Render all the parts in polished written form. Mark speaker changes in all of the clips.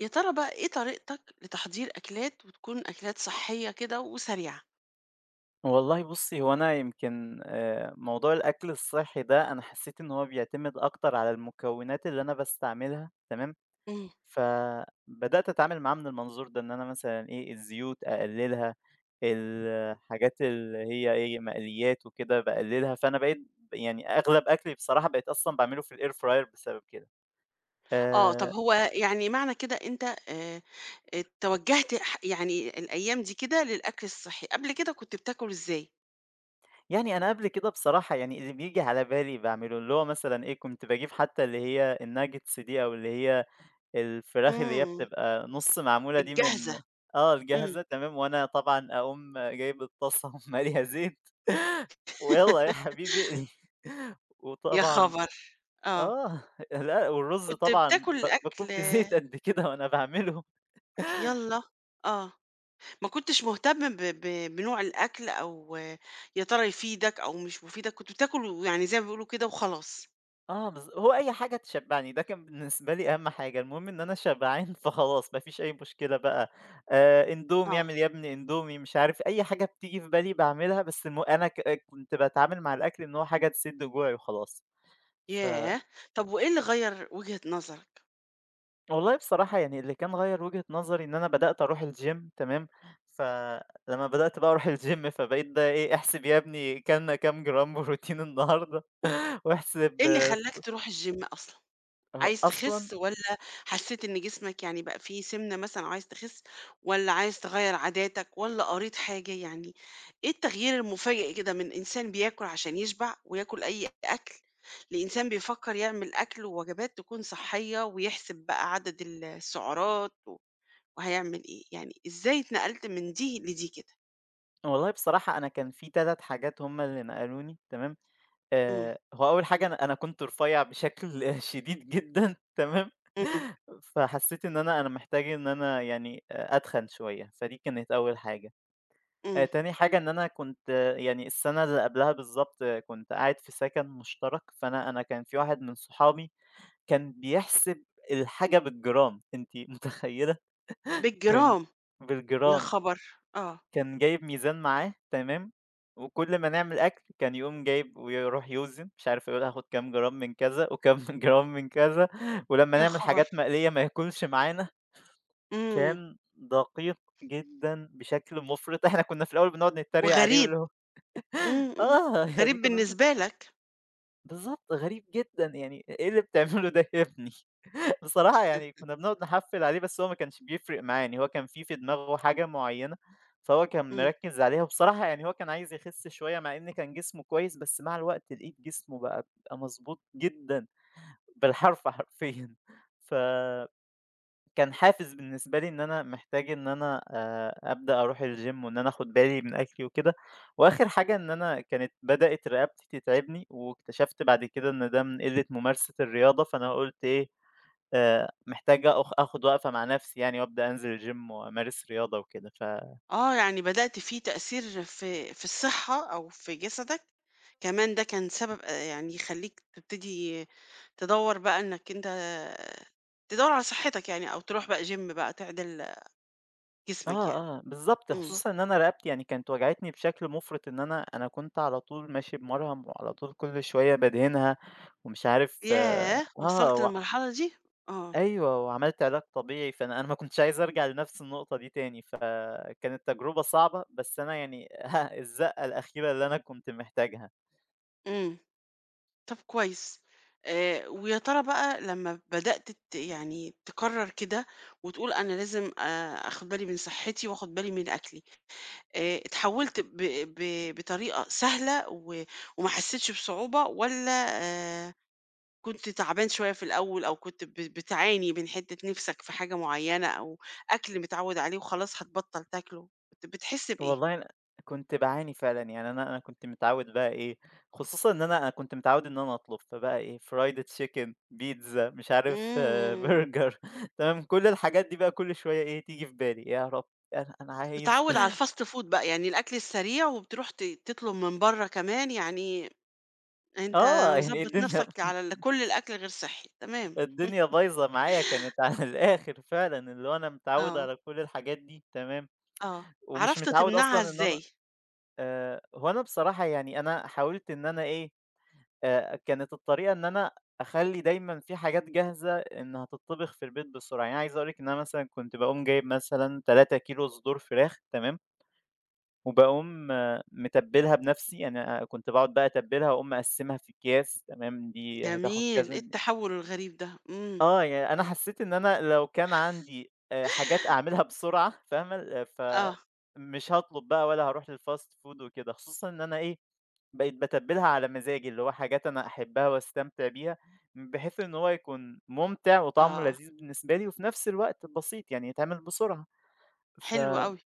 Speaker 1: يا ترى بقى إيه طريقتك لتحضير أكلات وتكون أكلات صحية كده وسريعة؟
Speaker 2: والله بُصّي، هو أنا يمكن موضوع الأكل الصحّي ده أنا حسّيت إن هو بيعتمد أكتر على المكونات اللي أنا باستعملها، تمام.
Speaker 1: إمم.
Speaker 2: فبدأت أتعامل معاه من المنظور ده، إن أنا مثلًا إيه، الزيوت أقلّلها، الحاجات اللي هي إيه، مقليّات وكده باقلّلها. فأنا بقيت يعني أغلب أكلي بصراحة بقيت أصلًا باعمله في الair fryer بسبب كده.
Speaker 1: آه، طب
Speaker 2: آآ
Speaker 1: هو يعني معنى كده أنت توجّهت يعني الأيام دي كده للأكل الصحي، قبل كده كنت بتاكل إزاي؟
Speaker 2: يعني أنا قبل كده بصراحة يعني اللي بييجي على بالي باعمله، اللي هو مثلًا إيه، كنت باجيب حتى اللي هي الnuggets دي أو اللي هي الفراخ اللي هي
Speaker 1: إمم.
Speaker 2: بتبقى نُص معمولة دي من
Speaker 1: الجاهزة. إمم.
Speaker 2: الجاهزة تمام. وأنا طبعًا أقوم جايب الطاسة مالية زيت، ويالّا يا حبيبي اقلي،
Speaker 1: يا
Speaker 2: وطبعًا
Speaker 1: خبر! آه،
Speaker 2: آه، لأ والرز
Speaker 1: كنت
Speaker 2: طبعًا
Speaker 1: بتاكل
Speaker 2: باكون
Speaker 1: أكل
Speaker 2: بزيت قد كده وأنا باعمله.
Speaker 1: يالّا، آه، ما كنتش مهتم ب ب بنوع الأكل أو، يا ترى يفيدك أو مش مفيدك، كنت بتاكل ويعني زي ما بيقولوا كده وخلاص.
Speaker 2: آه هو أي حاجة تشبّعني، ده كان بالنسبة لي أهم حاجة، المهم إن أنا شبعان فخلاص ما فيش أي مشكلة بقى. إندومي،
Speaker 1: آه.
Speaker 2: اعمل يا ابني إندومي، مش عارف أي حاجة بتيجي في بالي باعملها، بس أنا كنت باتعامل مع الأكل إن هو حاجة تسد جوعي وخلاص. ف
Speaker 1: ياه! طب وإيه اللي غيّر وجهة نظرك؟
Speaker 2: والله بصراحة يعني اللي كان غيّر وجهة نظري إن أنا بدأت أروح الgym، تمام. فلمّا بدأت بقى أروح الgym فبقيت بقى إيه، احسب يا ابني كَلْنا كام جرام بروتين النهارده، واحسب
Speaker 1: إيه اللي خلّاك تروح الgym أصلًا؟
Speaker 2: أه
Speaker 1: عايز
Speaker 2: أصلًا
Speaker 1: تخِس والّا حسّيت إن جسمك يعني بقى فيه سِمنة مثلًا وعايز تخِس والّا عايز تغيّر عاداتك والّا قريت حاجة يعني إيه التغيير المفاجئ كده من إنسان بياكل عشان يشبع وياكل أي أكل، لإنسان بيفكّر يعمل أكل ووجبات تكون صحّية ويحسب بقى عدد السعرات و وهيعمل إيه، يعني إزاي اتنقلت من دي لدي كده؟
Speaker 2: والله بصراحة أنا كان في 3 حاجات هُم اللي نقلوني تمام.
Speaker 1: إمم.
Speaker 2: هو أول حاجة أنا كنت رفيّع بشكل شديد جدًا تمام.
Speaker 1: إمم.
Speaker 2: فحسيت إن أنا محتاج إن أنا يعني أتخن شوية، فدي كانت أول حاجة.
Speaker 1: إمم.
Speaker 2: تاني حاجة إن أنا كنت يعني السنة اللي قبلها بالضبط كنت قاعد في سكن مشترك. فأنا كان في واحد من صحابي كان بيحسب الحاجة بالجرام، أنتِ متخيلة؟ كان
Speaker 1: بالجرام. يا
Speaker 2: بالجرام.
Speaker 1: خبر! آه.
Speaker 2: كان جايب ميزان معاه تمام. وكل ما نعمل أكل كان يقوم جايب ويروح يوزن، مش عارف يقول هاخد كام جرام من كذا وكام جرام من كذا. ولمّا
Speaker 1: يا
Speaker 2: نعمل
Speaker 1: خبر!
Speaker 2: حاجات مقلية ما ياكلش معانا.
Speaker 1: إمم.
Speaker 2: كان دقيق جدًا بشكل مُفرط. إحنا كنا في الأول بنقعد نتريق عليه
Speaker 1: وغريب.
Speaker 2: واللي هو
Speaker 1: إمم. إمم.
Speaker 2: آه
Speaker 1: غريب
Speaker 2: يعني كنا
Speaker 1: بالنسبة لك.
Speaker 2: بالضبط، غريب جدًا، يعني إيه اللي بتعمله ده يا ابني؟ بصراحة يعني كُنّا بنقعد نحفّل عليه، بس هو ما كانش بيفرق معاه، يعني هو كان في دماغه حاجة معيّنة، فهو كان
Speaker 1: إمم.
Speaker 2: مركّز عليها. وبصراحة يعني هو كان عايز يخس شوية مع إن كان جسمه كويس، بس مع الوقت لقيت جسمه بقى مضبوط جدًا، بالحرف حرفيًا. ف كان حافز بالنسبة لي إن أنا محتاج إن أنا أبدأ أروح الgym وإن أنا آخُد بالي من أكلي وكده. وآخِر حاجة إن أنا كانت بدأت رقبتي تتعبني واكتشفت بعد كده إن ده من قِلّة ممارسة الرياضة، فأنا قُلت إيه، محتاج آخُد وقفة مع نَفْسي يعني وأبدأ أنزل الgym وأمارس رياضة وكده ف.
Speaker 1: آه، يعني بدأت فيه تأثير في الصحة أو في جسدك، كمان ده كان سبب يعني يخلّيك تبتدي تدوّر بقى إنك أنت تدوّر على صحتك يعني أو تروح بقى gym بقى تعدل
Speaker 2: آه،
Speaker 1: جسمك يعني.
Speaker 2: آه، بالضبط،
Speaker 1: إمم.
Speaker 2: خصوصًا إن أنا رقبتي يعني كانت وجعتني بشكل مُفرِط إن أنا كنت على طول ماشي بمَرهم وعلى طول كل شوية بادهنها ومش عارف
Speaker 1: ياه! وصلت
Speaker 2: و
Speaker 1: للمرحلة دي! آه.
Speaker 2: أيوه، وعملت علاج طبيعي، فأنا ما كنتش عايز أرجع لنفس النقطة دي تاني، فكانت تجربة صعبة. بس أنا يعني ها الزقة الأخيرة اللي أنا كنت محتاجها.
Speaker 1: إمم. طب كويس آه، ويا ترى بقى لما بدأت يعني تقرر كده وتقول أنا لازم أخد بالي من صحتي وأخد بالي من أكلي اتحولت بطريقة سهلة وما حسيتش بصعوبة ولا آه، كنت تعبان شوية في الأول أو كنت بتعاني من حتة نفسك في حاجة معينة أو أكل متعود عليه وخلاص هتبطل تاكله كنت بتحس بإيه؟
Speaker 2: والله أنا كنت باعاني فعلًا، يعني أنا كنت متعوّد بقى إيه، خصوصًا إن أنا كنت متعوّد إن أنا أطلب، فبقى إيه fried chicken، بيتزا، مش عارف
Speaker 1: مم.
Speaker 2: برجر، تمام. كل الحاجات دي بقى كل شوية إيه تيجي في بالي، يا رب أنا عايز.
Speaker 1: بتعوّد على الfast food بقى، يعني الأكل السريع وبتروح تطلب من برّه كمان، يعني أنت
Speaker 2: آه، يعني إيه
Speaker 1: مضبّط
Speaker 2: الدنيا،
Speaker 1: نَفْسك على كل الأكل غير صحّي، تمام.
Speaker 2: الدنيا بايظة معايا كانت على الآخر فعلًا، اللي هو أنا متعوّد
Speaker 1: آه.
Speaker 2: على كل الحاجات دي تمام.
Speaker 1: آه،
Speaker 2: ومش
Speaker 1: عرفت
Speaker 2: متعوّد
Speaker 1: تمنعها
Speaker 2: أصلًا إن أنا
Speaker 1: إزاي؟
Speaker 2: هو أنا بصراحة يعني أنا حاولت إن أنا إيه، كانت الطريقة إن أنا أخلّي دايمًا في حاجات جاهزة إنها تتطبخ في البيت بسرعة. يعني عايز أقول لِك إن أنا مثلًا كنت باقوم جايب مثلًا 3 كيلو صدور فراخ تمام. وباقوم متبّلها بنفسي، يعني أنا كنت باقعد بقى أتبّلها وأقوم مقسّمها في أكياس تمام، دي هتاخد
Speaker 1: جميل، إيه
Speaker 2: كذا.
Speaker 1: التحوّل الغريب ده! إمم.
Speaker 2: آه، يعني أنا حسّيت إن أنا لو كان عندي حاجات أعملها بسرعة فاهمة، ف
Speaker 1: آه.
Speaker 2: مش هاطلب بقى ولا هاروح للfast food وكده، خصوصًا إن أنا إيه، بقيت باتبّلها على مزاجي، اللي هو حاجات أنا أحبها واستمتع بيها، بحيث إن هو يكون مُمتع وطعمه
Speaker 1: آه،
Speaker 2: لذيذ بالنسبة لي وفي نفس الوقت بسيط، يعني يتعمل بسرعة،
Speaker 1: حلو
Speaker 2: فدي.
Speaker 1: أوي،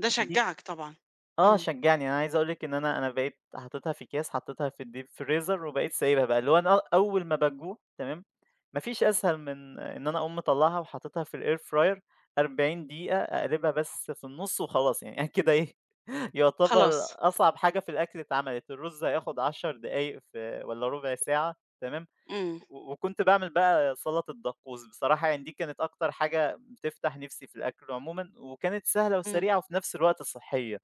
Speaker 1: ده شجّعك طبعًا.
Speaker 2: آه،
Speaker 1: إمم.
Speaker 2: شجّعني. أنا عايز أقول لِك إن أنا بقيت حاططها في أكياس، حاططها في الdeep freezer وبقيت سايبها بقى. اللي هو أنا أول ما باجوع تمام. ما فيش أسهل من إن أنا أقوم مطلّعها وحاططها في الair fryer 40 دقيقة، أقلبها بس في النُص وخلاص. يعني أنا كده إيه يعتبر
Speaker 1: خلاص.
Speaker 2: أصعب حاجة في الأكل اتعملت. الرُز هياخد 10 دقايق في والّا ربع ساعة تمام.
Speaker 1: إمم.
Speaker 2: و وكنت باعمل بقى سلطة دقوس، بصراحة يعني دي كانت أكتر حاجة بتفتح نِفسي في الأكل عمومًا، وكانت سهلة
Speaker 1: إمم.
Speaker 2: وسريعة وفي نفس الوقت صحّية.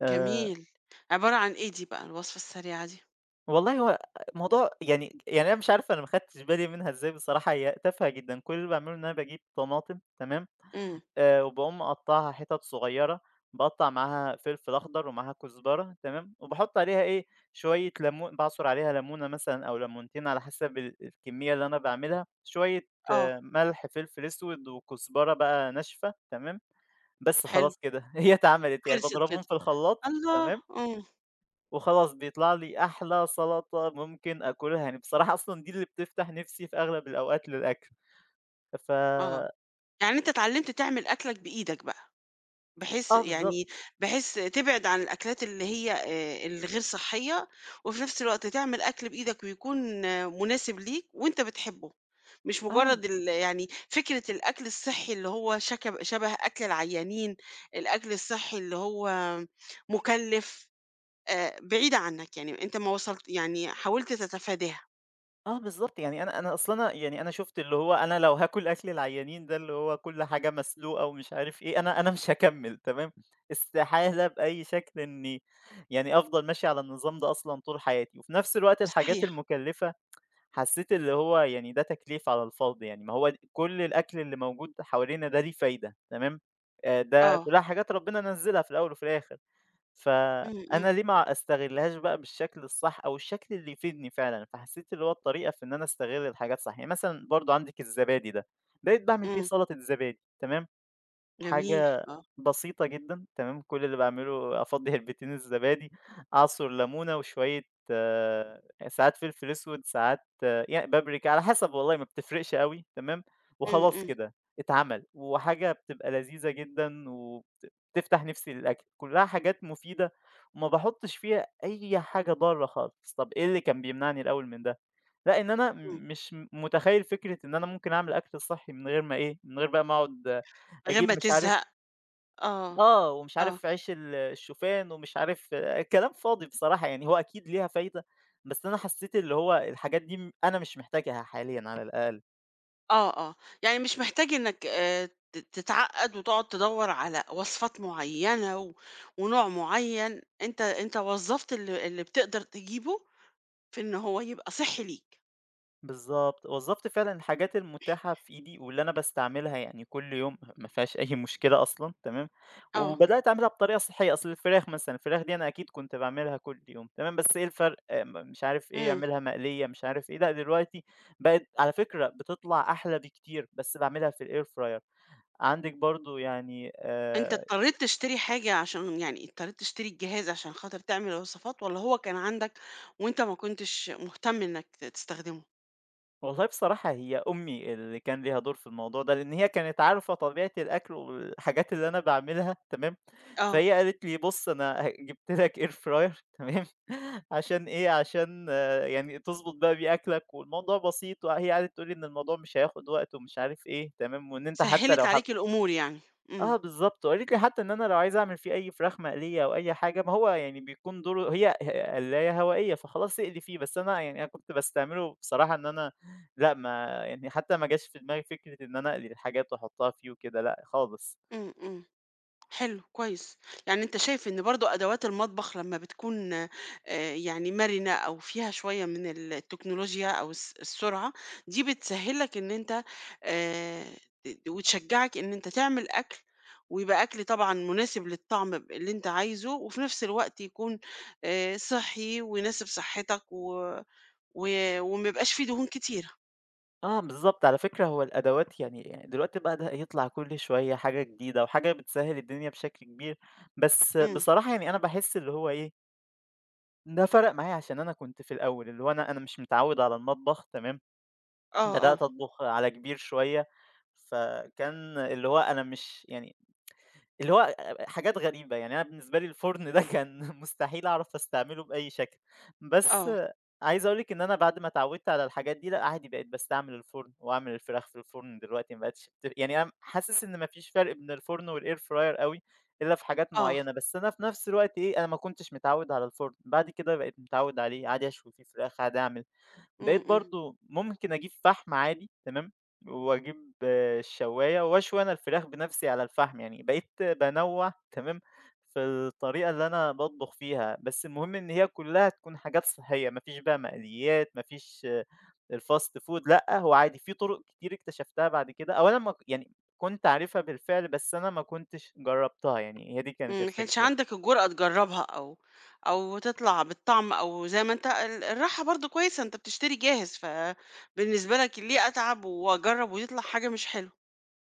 Speaker 2: آآ
Speaker 1: جميل. عبارة عن إيه دي بقى الوصفة السريعة دي؟
Speaker 2: والله هو موضوع يعني أنا مش عارف أنا ما خدتش بالي منها إزاي بصراحة، هي تافهة جدًا. كل اللي باعمله إن أنا باجيب طماطم تمام.
Speaker 1: إمم.
Speaker 2: وباقوم مقطّعها حتت صغيّرة. باقطّع معاها فلفل أخضر ومعاها كزبرة تمام، وباحط عليها إيه، شوية ليمون باعصر عليها ليمونة مثلًا أو ليمونتين على حسب الكمية اللي أنا باعملها، شوية
Speaker 1: آه.
Speaker 2: ملح، فلفل أسود وكزبرة بقى ناشفة تمام. بس
Speaker 1: حلو،
Speaker 2: خلاص كده هي اتعملت، يعني
Speaker 1: خلصت
Speaker 2: باضربهم
Speaker 1: كده.
Speaker 2: في الخلاط
Speaker 1: الله!
Speaker 2: تمام.
Speaker 1: إمم.
Speaker 2: وخلاص بيطلع لي أحلى سلطة ممكن آكلها، يعني بصراحة أصلًا دي اللي بتفتح نِفسي في أغلب الأوقات للأكل. ف
Speaker 1: آه. يعني أنت اتعلّمت تعمل أكلك بإيدك بقى، بحيث
Speaker 2: آه بالضبط،
Speaker 1: يعني بحيث تبعد عن الأكلات اللي هي الغير صحية، وفي نفس الوقت تعمل أكل بإيدك ويكون مناسب ليك وأنت بتحبه، مش
Speaker 2: آه،
Speaker 1: مجرّد يعني فكرة الأكل الصحي اللي هو شبه أكل العيّانين، الأكل الصحي اللي هو مُكلّف، بعيدة عنك، يعني أنت ما وصلت يعني حاولت تتفاداها.
Speaker 2: آه بالضبط، يعني أنا أصل أنا يعني أنا شُفت اللي هو أنا لو هاكل أكل العيّانين ده اللي هو كل حاجة مسلوقة ومش عارف إيه، أنا مش هاكمّل تمام. استحالة بأي شكل إنّي يعني أفضل ماشي على النظام ده أصلًا طول حياتي. وفي نَفْس الوقت الحاجات
Speaker 1: صحيح.
Speaker 2: المُكلّفة حسيت اللي هو يعني ده تكليف على الفاضي، يعني ما هو كل الأكل اللي موجود حوالينا ده ليه فايدة تمام. ده
Speaker 1: آه.
Speaker 2: كلّها حاجات ربنا نزّلها في الأول وفي الآخر.
Speaker 1: إمم. إمم.
Speaker 2: فأنا ليه ما أستغلهاش بقى بالشكل الصح أو الشكل اللي يفيدني فعلًا. فحسيت اللي هو الطريقة في إن أنا أستغل الحاجات صح. يعني مثلًا برضه عندِك الزبادي ده، بقيت باعمل بيه
Speaker 1: إمم.
Speaker 2: سلطة زبادي تمام.
Speaker 1: جميل.
Speaker 2: حاجة
Speaker 1: آه.
Speaker 2: بسيطة جدًا تمام. كل اللي باعمله أفضّي علبتين الزبادي، أعصُر لمونة وشوية آه، ساعات فلفل أسود، ساعات بابريكا، على حسب والله ما بتفرقش أوي تمام.
Speaker 1: إمم.
Speaker 2: وخلاص
Speaker 1: إمم.
Speaker 2: كده اتعمل، وحاجة بتبقى لذيذة جدًا بتفتح نِفسي للأكل، كلّها حاجات مفيدة وما باحُطّش فيها أي حاجة ضارة خالص. طَب إيه اللي كان بيمنعني الأول من ده؟ لأ، إن أنا
Speaker 1: إمم.
Speaker 2: مش متخيّل فكرة إن أنا ممكن أعمل أكل صحّي من غير ما إيه، من غير بقى ما أقعد
Speaker 1: من غير
Speaker 2: أجيب
Speaker 1: ما
Speaker 2: مش عارف
Speaker 1: تزهق. آه.
Speaker 2: ومش
Speaker 1: آه.
Speaker 2: عارف عيش الشوفان ومش عارف كلام فاضي بصراحة، يعني هو أكيد ليها فايدة، بس أنا حسيت اللي هو الحاجات دي أنا مش محتاجها حاليًا على الأقل.
Speaker 1: آه. آه. يعني مش محتاج إنك تتعقّد وتقعد تدوّر على وصفات معيّنة و ونوع معيّن، أنت وظّفت اللي بتقدر تجيبه في إن هو يبقى صحّي ليك.
Speaker 2: بالضبط. وظّفت فعلًا الحاجات المتاحة في إيدي واللي أنا باستعملها يعني كل يوم ما فيهاش أي مشكلة أصلًا تمام.
Speaker 1: آه.
Speaker 2: وبدأت أعملها بطريقة صحية. أصل الفراخ مثلًا، الفراخ دي أنا أكيد كنت باعملها كل يوم تمام، بس إيه الفرق آه، مش عارف إيه،
Speaker 1: إمم.
Speaker 2: أعملها مقلية مش عارف إيه، لأ دلوقتي بقت على فكرة بتطلع أحلى بكتير، بس باعملها في الair fryer. عندِك برضه يعني
Speaker 1: أنت اضطريت تشتري حاجة عشان يعني اضطريت تشتري الجهاز عشان خاطر تعمل الوصفات والّا هو كان عندك وأنت ما كنتش مهتم إنك تستخدمه؟
Speaker 2: والله بصراحة هي أمي اللي كان ليها دور في الموضوع ده، لإن هي كانت عارفة طبيعة الأكل والحاجات اللي أنا باعملها تمام.
Speaker 1: آه،
Speaker 2: فهي قالت لي: "بُص أنا جبت لك air fryer تمام، عشان إيه، عشان آه يعني تضبط بقى بيه أكلك والموضوع بسيط". وهي قعدت تقول لي إن الموضوع مش هياخد وقت ومش عارف إيه تمام. وإن أنت حتى
Speaker 1: سهّلت
Speaker 2: لو
Speaker 1: عليك الأمور يعني. إمم.
Speaker 2: آه بالضبط. وقالت لي حتى إن أنا لو عايز أعمل فيه أي فراخ مقلية أو أي حاجة، ما هو يعني بيكون دوره، هي قلاية هوائية فخلاص اقلي فيه. بس أنا يعني أنا كنت باستعمله بصراحة إن أنا لأ. ما يعني حتى ما جاش في دماغي فكرة إن أنا أقلي الحاجات وأحطها فيه وكده، لأ خالص.
Speaker 1: إمم. إمم. حلو، كويس. يعني أنت شايف إن برضه أدوات المطبخ لمّا بتكون يعني مرنة أو فيها شوية من التكنولوجيا أو السرعة، دي بتسهّل لك إن أنت آآ وتشجّعك إن أنت تعمل أكل، ويبقى أكل طبعًا مناسب للطعم اللي أنت عايزه، وفي نفس الوقت يكون صحّي ويناسب صحّتك و و وما يبقاش فيه دهون كتيرة.
Speaker 2: آه بالضبط. على فكرة هو الأدوات يعني دلوقتي بدأ يطلع كل شوية حاجة جديدة وحاجة بتسهّل الدنيا بشكل كبير. بس
Speaker 1: إمم.
Speaker 2: بصراحة يعني أنا باحس اللي هو إيه، ده فرق معايا عشان أنا كنت في الأول اللي هو أنا مش متعوّد على المطبخ تمام؟
Speaker 1: آه. آه.
Speaker 2: بدأت أطبخ على كبير شوية. فكان اللي هو أنا مش يعني اللي هو حاجات غريبة، يعني أنا بالنسبة لي الفرن ده كان مستحيل أعرف أستعمله بأي شكل. بس
Speaker 1: آه.
Speaker 2: عايز أقول لِك إن أنا بعد ما اتعودت على الحاجات دي لأ، عادي بقيت باستعمل الفرن، وأعمل الفراخ في الفرن دلوقتي. ما بقتش يعني أنا حاسس إن ما فيش فرق بين الفرن والair fryer أوي، إلا في حاجات
Speaker 1: آه.
Speaker 2: معينة. بس أنا في نفس الوقت إيه، أنا ما كنتش متعود على الفرن، بعد كده بقيت متعود عليه. عادي أشوي فيه فراخ، عادي أعمل.
Speaker 1: إمم.
Speaker 2: بقيت
Speaker 1: إمم.
Speaker 2: برضه ممكن أجيب فحم عادي تمام، وأجيب الشواية وأشوي أنا الفراخ بنفسي على الفحم. يعني بقيت بانوّع تمام، في الطريقة اللي أنا باطبخ فيها. بس المهم إن هي كلّها تكون حاجات صحية، ما فيش بقى مقليات، ما فيش الfast food لأ. هو عادي في طرق كتير اكتشفتها بعد كده، أو أنا ما ك يعني كنت عارفها بالفعل، بس أنا ما كنتش جرّبتها يعني، هي دي كانت
Speaker 1: إمم، ما كانش
Speaker 2: الفكرة.
Speaker 1: عندك الجرأة تجرّبها أو تطلع بالطعم أو زي ما أنت الراحة برضه كويسة، أنت بتشتري جاهز، فبالنسبة لك ليه أتعب وأجرّب ويطلع حاجة مش حلوة؟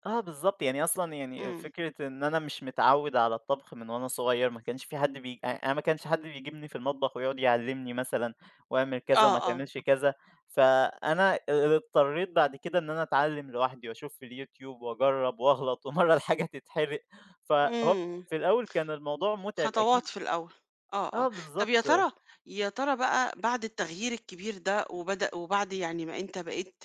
Speaker 2: آه بالضبط. يعني أصلًا يعني
Speaker 1: إمم.
Speaker 2: فكرة إن أنا مش متعوّد على الطبخ من وأنا صغير. ما كانش في حد بي أ أنا ما كانش حد بيجيبني في المطبخ ويقعد يعلّمني مثلًا واعمل كذا
Speaker 1: آه.
Speaker 2: وما
Speaker 1: آه.
Speaker 2: تعملش كذا. فأنا اضطريت بعد كده إن أنا أتعلّم لوحدي وأشوف في اليوتيوب وأجرّب وأغلط ومَرّة الحاجة تتحرق. فهوب،
Speaker 1: إمم.
Speaker 2: في الأول كان الموضوع مُتعب
Speaker 1: خطوات
Speaker 2: أكيد.
Speaker 1: في الأول. آه. آه.
Speaker 2: آه
Speaker 1: طب
Speaker 2: بالضبط،
Speaker 1: يا ترى بقى بعد التغيير الكبير ده وبعد يعني ما أنت بقيت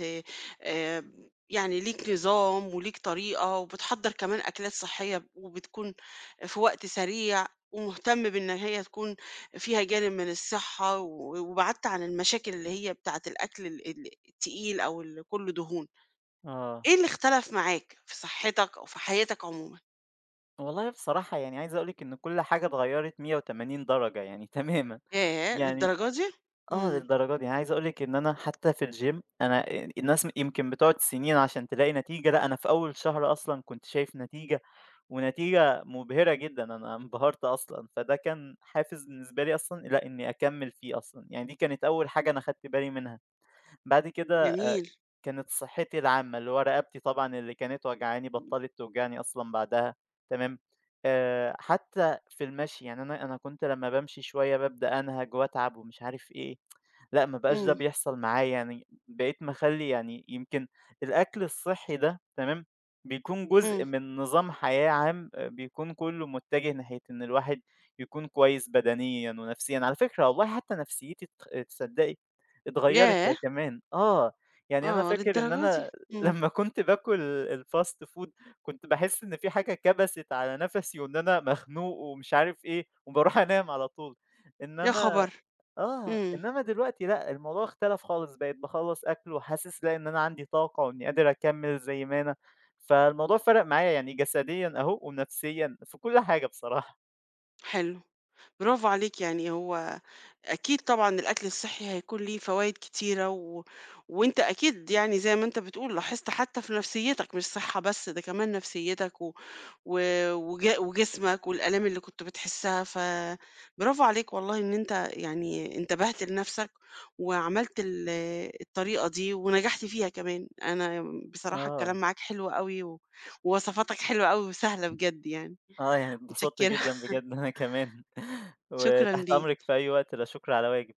Speaker 1: آآ، يعني ليك نظام وليك طريقة وبتحضّر كمان أكلات صحية وبتكون في وقت سريع ومهتم بإن هي تكون فيها جانب من الصحة و وبعدت عن المشاكل اللي هي بتاعة الأكل ال ال التقيل أو اللي كُلّه دهون،
Speaker 2: آه.
Speaker 1: إيه اللي اختلف معاك في صحتك أو في حياتك عمومًا؟
Speaker 2: والله بصراحة يعني عايز أقول لِك إن كل حاجة اتغيّرت 180 درجة يعني تمامًا.
Speaker 1: ياه!
Speaker 2: يعني
Speaker 1: للدرجة دي؟
Speaker 2: آه،
Speaker 1: إمم.
Speaker 2: للدرجة دي. يعني عايز أقول لِك إن أنا حتى في الgym أنا الناس يمكن بتقعد سنين عشان تلاقي نتيجة، لأ أنا في أول شهر أصلًا كنت شايف نتيجة. ونتيجة مبهرة جدًا. أنا انبهرت أصلًا. فده كان حافز بالنسبة لي أصلًا لأ إني أكمّل فيه أصلًا. يعني دي كانت أول حاجة أنا خدت بالي منها. بعد كده
Speaker 1: جميل.
Speaker 2: كانت صحّتي العامة، اللي هو رقبتي طبعًا اللي كانت واجعاني بطّلت توجعني أصلًا بعدها تمام. حتى في المشي، يعني أنا كنت لمّا بامشي شوية بابدأ أنهج وأتعب ومش عارف إيه، لأ ما بقاش ده
Speaker 1: إمم.
Speaker 2: بيحصل معايا. يعني بقيت مخلّي يعني يمكن الأكل الصحّي ده تمام، بيكون
Speaker 1: إمم.
Speaker 2: جزء من نظام حياة عام بيكون كلّه متجه ناحية إن الواحد يكون كويس بدنيًا ونفسيًا. على فكرة والله حتى نفسيتي تصدّقي اتغيّرت
Speaker 1: ياه!
Speaker 2: هي كمان، آه. يعني أنا
Speaker 1: آه،
Speaker 2: فاكر إن
Speaker 1: للدرجة دي!
Speaker 2: أنا
Speaker 1: إمم.
Speaker 2: لمّا كنت باكل الfast food كنت باحس إن في حاجة كبست على نَفَسي وإن أنا مخنوق ومش عارف إيه، وباروح أنام على طول.
Speaker 1: يا
Speaker 2: إنما
Speaker 1: خبر!
Speaker 2: آه،
Speaker 1: إمم.
Speaker 2: إنما دلوقتي لأ، الموضوع اختلف خالص. بقيت باخلّص أكل وحاسس لأ، إن أنا عندي طاقة وإني قادر أكمّل زي ما أنا. فالموضوع فرق معايا يعني جسديًا أهو ونفسيًا، في كل حاجة بصراحة.
Speaker 1: حلو، برافو عليك، يعني هو أكيد طبعًا الأكل الصحّي هيكون ليه فوايد كتيرة و وأنت أكيد يعني زي ما أنت بتقول لاحظت حتى في نفسيّتك مش صحّة بس، ده كمان نفسيّتك و و وج وجسمك والآلام اللي كنت بتحسّها، فبرافو عليك والله إن أنت يعني انتبهت لنفسك وعملت الطريقة دي ونجحت فيها كمان. أنا بصراحة الكلام
Speaker 2: آه،
Speaker 1: معاك حلو أوي و ووصفاتك حلوة أوي وسهلة بجد يعني،
Speaker 2: آه، يعني اتبسطت
Speaker 1: متشكّرة،
Speaker 2: جدًا بجد أنا كمان.
Speaker 1: شكرًا
Speaker 2: وتحت أمرِك
Speaker 1: ليك.
Speaker 2: في أي وقت، لا شكر على واجب.